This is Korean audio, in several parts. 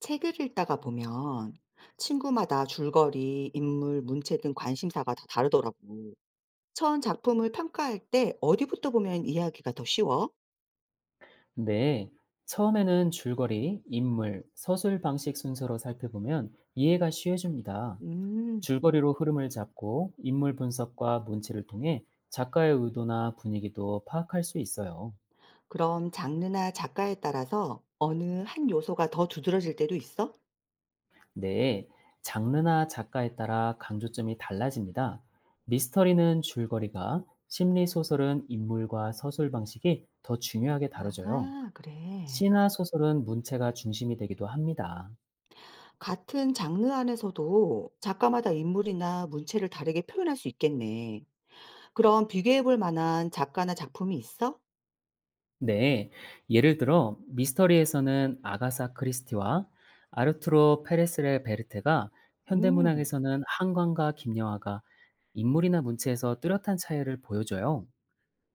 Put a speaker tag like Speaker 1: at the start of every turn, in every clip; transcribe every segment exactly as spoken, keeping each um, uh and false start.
Speaker 1: 책을 읽다가 보면 친구마다 줄거리, 인물, 문체 등 관심사가 다 다르더라고. 처음 작품을 평가할 때 어디부터 보면 이해하기가 더 쉬워?
Speaker 2: 네. 처음에는 줄거리, 인물, 서술 방식 순서로 살펴보면 이해가 쉬워집니다.
Speaker 1: 음,
Speaker 2: 줄거리로 흐름을 잡고 인물 분석과 문체를 통해 작가의 의도나 분위기도 파악할 수 있어요.
Speaker 1: 그럼 장르나 작가에 따라서 어느 한 요소가 더 두드러질 때도 있어?
Speaker 2: 네. 장르나 작가에 따라 강조점이 달라집니다. 미스터리는 줄거리가, 심리소설은 인물과 서술 방식이 더 중요하게 다뤄져요.
Speaker 1: 아, 그래.
Speaker 2: 시나 소설은 문체가 중심이 되기도 합니다.
Speaker 1: 같은 장르 안에서도 작가마다 인물이나 문체를 다르게 표현할 수 있겠네. 그럼 비교해 볼 만한 작가나 작품이 있어?
Speaker 2: 네, 예를 들어 미스터리에서는 아가사 크리스티와 아르투로 페레스레 베르테가,
Speaker 1: 음.
Speaker 2: 현대문학에서는 한강과 김여하가 인물이나 문체에서 뚜렷한 차이를 보여줘요.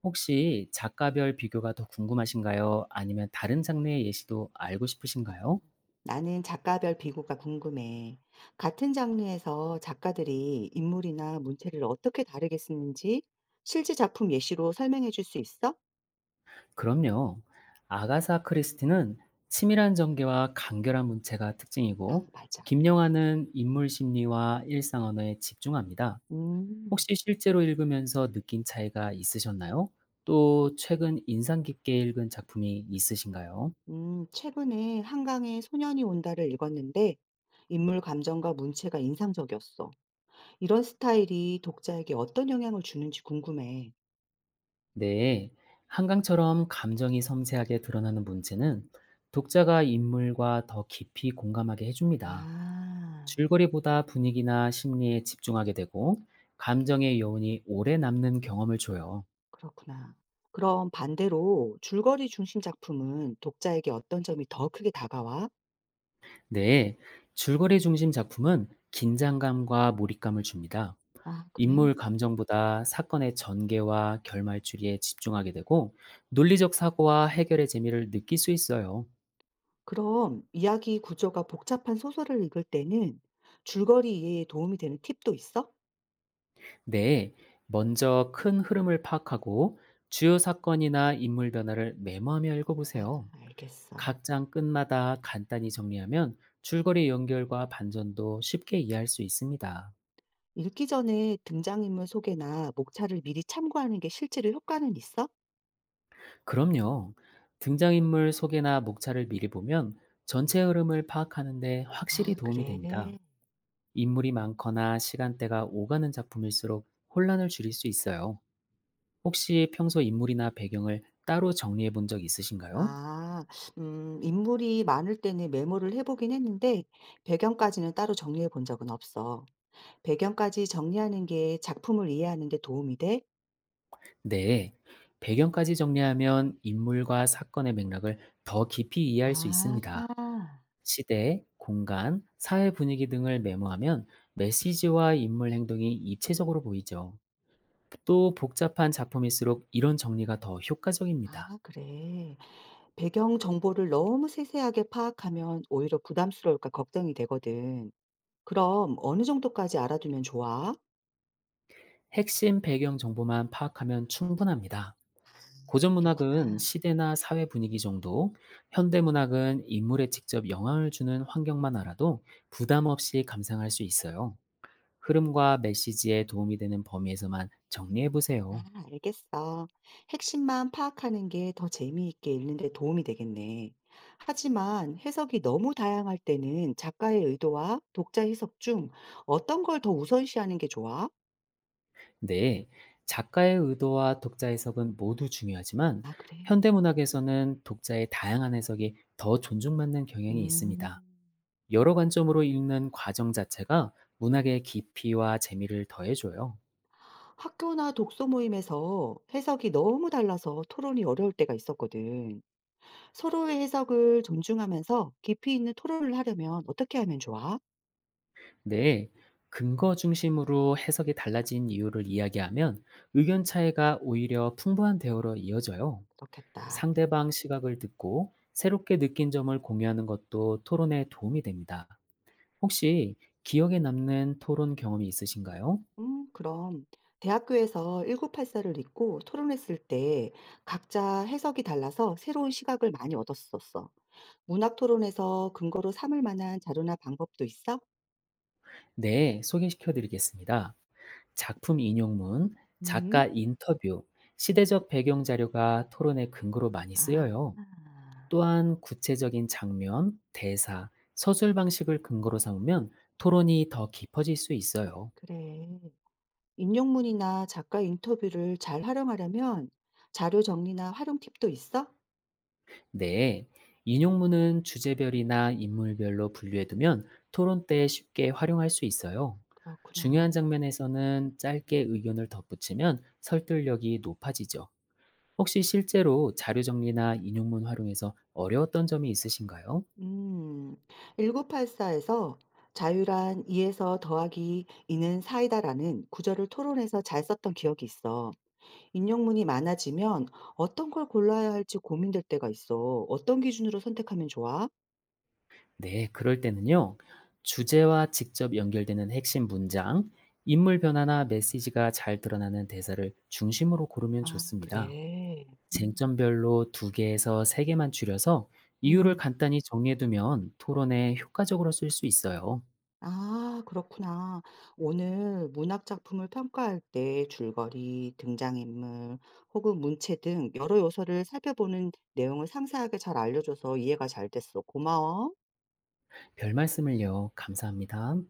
Speaker 2: 혹시 작가별 비교가 더 궁금하신가요? 아니면 다른 장르의 예시도 알고 싶으신가요?
Speaker 1: 나는 작가별 비교가 궁금해. 같은 장르에서 작가들이 인물이나 문체를 어떻게 다르게 쓰는지 실제 작품 예시로 설명해 줄 수 있어?
Speaker 2: 그럼요. 아가사 크리스티는 치밀한 전개와 간결한 문체가
Speaker 1: 아,
Speaker 2: 특징이고,
Speaker 1: 맞아.
Speaker 2: 김영하는 인물 심리와 일상 언어에 집중합니다.
Speaker 1: 음,
Speaker 2: 혹시 실제로 읽으면서 느낀 차이가 있으셨나요? 또 최근 인상 깊게 읽은 작품이 있으신가요?
Speaker 1: 음, 최근에 한강에 소년이 온다를 읽었는데 인물 감정과 문체가 인상적이었어. 이런 스타일이 독자에게 어떤 영향을 주는지 궁금해.
Speaker 2: 네. 한강처럼 감정이 섬세하게 드러나는 문체는 독자가 인물과 더 깊이 공감하게 해줍니다.
Speaker 1: 아,
Speaker 2: 줄거리보다 분위기나 심리에 집중하게 되고 감정의 여운이 오래 남는 경험을 줘요.
Speaker 1: 그렇구나. 그럼 반대로 줄거리 중심 작품은 독자에게 어떤 점이 더 크게 다가와?
Speaker 2: 네. 줄거리 중심 작품은 긴장감과 몰입감을 줍니다.
Speaker 1: 아, 그래?
Speaker 2: 인물 감정보다 사건의 전개와 결말추리에 집중하게 되고 논리적 사고와 해결의 재미를 느낄 수 있어요.
Speaker 1: 그럼 이야기 구조가 복잡한 소설을 읽을 때는 줄거리 이해에 도움이 되는 팁도 있어?
Speaker 2: 네, 먼저 큰 흐름을 파악하고 주요 사건이나 인물 변화를 메모하며
Speaker 1: 아,
Speaker 2: 읽어보세요.
Speaker 1: 알겠어.
Speaker 2: 각 장 끝마다 간단히 정리하면 줄거리 연결과 반전도 쉽게 이해할 수 있습니다.
Speaker 1: 읽기 전에 등장인물 소개나 목차를 미리 참고하는 게 실제로 효과는 있어?
Speaker 2: 그럼요. 등장인물 소개나 목차를 미리 보면 전체 흐름을 파악하는데 확실히
Speaker 1: 아,
Speaker 2: 도움이 됩니다.
Speaker 1: 그래.
Speaker 2: 인물이 많거나 시간대가 오가는 작품일수록 혼란을 줄일 수 있어요. 혹시 평소 인물이나 배경을 따로 정리해 본 적 있으신가요?
Speaker 1: 아, 음, 인물이 많을 때는 메모를 해보긴 했는데 배경까지는 따로 정리해 본 적은 없어. 배경까지 정리하는 게 작품을 이해하는 데 도움이 돼?
Speaker 2: 네. 배경까지 정리하면 인물과 사건의 맥락을 더 깊이 이해할 수 있습니다.
Speaker 1: 아,
Speaker 2: 시대, 공간, 사회 분위기 등을 메모하면 메시지와 인물 행동이 입체적으로 보이죠. 또 복잡한 작품일수록 이런 정리가 더 효과적입니다.
Speaker 1: 아, 그래. 배경 정보를 너무 세세하게 파악하면 오히려 부담스러울까 걱정이 되거든. 그럼 어느 정도까지 알아두면 좋아?
Speaker 2: 핵심 배경 정보만 파악하면 충분합니다. 고전 문학은
Speaker 1: 그렇구나.
Speaker 2: 시대나 사회 분위기 정도, 현대 문학은 인물에 직접 영향을 주는 환경만 알아도 부담 없이 감상할 수 있어요. 흐름과 메시지에 도움이 되는 범위에서만 정리해
Speaker 1: 아,
Speaker 2: 보세요.
Speaker 1: 알겠어. 핵심만 파악하는 게 더 재미있게 읽는데 도움이 되겠네. 하지만 해석이 너무 다양할 때는 작가의 의도와 독자 해석 중 어떤 걸 더 우선시하는 게 좋아?
Speaker 2: 네, 작가의 의도와 독자 해석은 모두 중요하지만
Speaker 1: 아, 그래.
Speaker 2: 현대 문학에서는 독자의 다양한 해석이 더 존중받는 경향이
Speaker 1: 음,
Speaker 2: 있습니다. 여러 관점으로 읽는 과정 자체가 문학의 깊이와 재미를 더해줘요.
Speaker 1: 학교나 독서 모임에서 해석이 너무 달라서 토론이 어려울 때가 있었거든. 서로의 해석을 존중하면서 깊이 있는 토론을 하려면 어떻게 하면 좋아?
Speaker 2: 네, 근거 중심으로 해석이 달라진 이유를 이야기하면 의견 차이가 오히려 풍부한 대화로 이어져요.
Speaker 1: 그렇겠다.
Speaker 2: 상대방 시각을 듣고 새롭게 느낀 점을 공유하는 것도 토론에 도움이 됩니다. 혹시 기억에 남는 토론 경험이 있으신가요?
Speaker 1: 음, 그럼 대학교에서 일구팔사를 읽고 토론했을 때 각자 해석이 달라서 새로운 시각을 많이 얻었었어. 문학 토론에서 근거로 삼을 만한 자료나 방법도 있어?
Speaker 2: 네, 소개시켜 드리겠습니다. 작품 인용문,
Speaker 1: 음,
Speaker 2: 작가 인터뷰, 시대적 배경 자료가 토론의 근거로 많이
Speaker 1: 아,
Speaker 2: 쓰여요. 또한 구체적인 장면, 대사, 서술 방식을 근거로 삼으면 토론이 더 깊어질 수 있어요.
Speaker 1: 그래. 인용문이나 작가 인터뷰를 잘 활용하려면 자료 정리나 활용 팁도 있어?
Speaker 2: 네. 인용문은 주제별이나 인물별로 분류해두면 토론 때 쉽게 활용할 수 있어요. 중요한
Speaker 1: 그렇구나.
Speaker 2: 장면에서는 짧게 의견을 덧붙이면 설득력이 높아지죠. 혹시 실제로 자료 정리나 인용문 활용에서 어려웠던 점이 있으신가요?
Speaker 1: 음, 일구팔사에서 자유란 이에서 더하기 이는 사이다라는 구절을 토론에서 잘 썼던 기억이 있어. 인용문이 많아지면 어떤 걸 골라야 할지 고민될 때가 있어. 어떤 기준으로 선택하면 좋아?
Speaker 2: 네, 그럴 때는요. 주제와 직접 연결되는 핵심 문장, 인물 변화나 메시지가 잘 드러나는 대사를 중심으로 고르면
Speaker 1: 아,
Speaker 2: 좋습니다.
Speaker 1: 그래. 음,
Speaker 2: 쟁점별로 두 개에서 세 개만 줄여서 이유를
Speaker 1: 음.
Speaker 2: 간단히 정리해두면 토론에 효과적으로 쓸 수 있어요.
Speaker 1: 아, 그렇구나. 오늘 문학 작품을 평가할 때 줄거리, 등장인물, 혹은 문체 등 여러 요소를 살펴보는 내용을 상세하게 잘 알려줘서 이해가 잘 됐어. 고마워.
Speaker 2: 별 말씀을요. 감사합니다.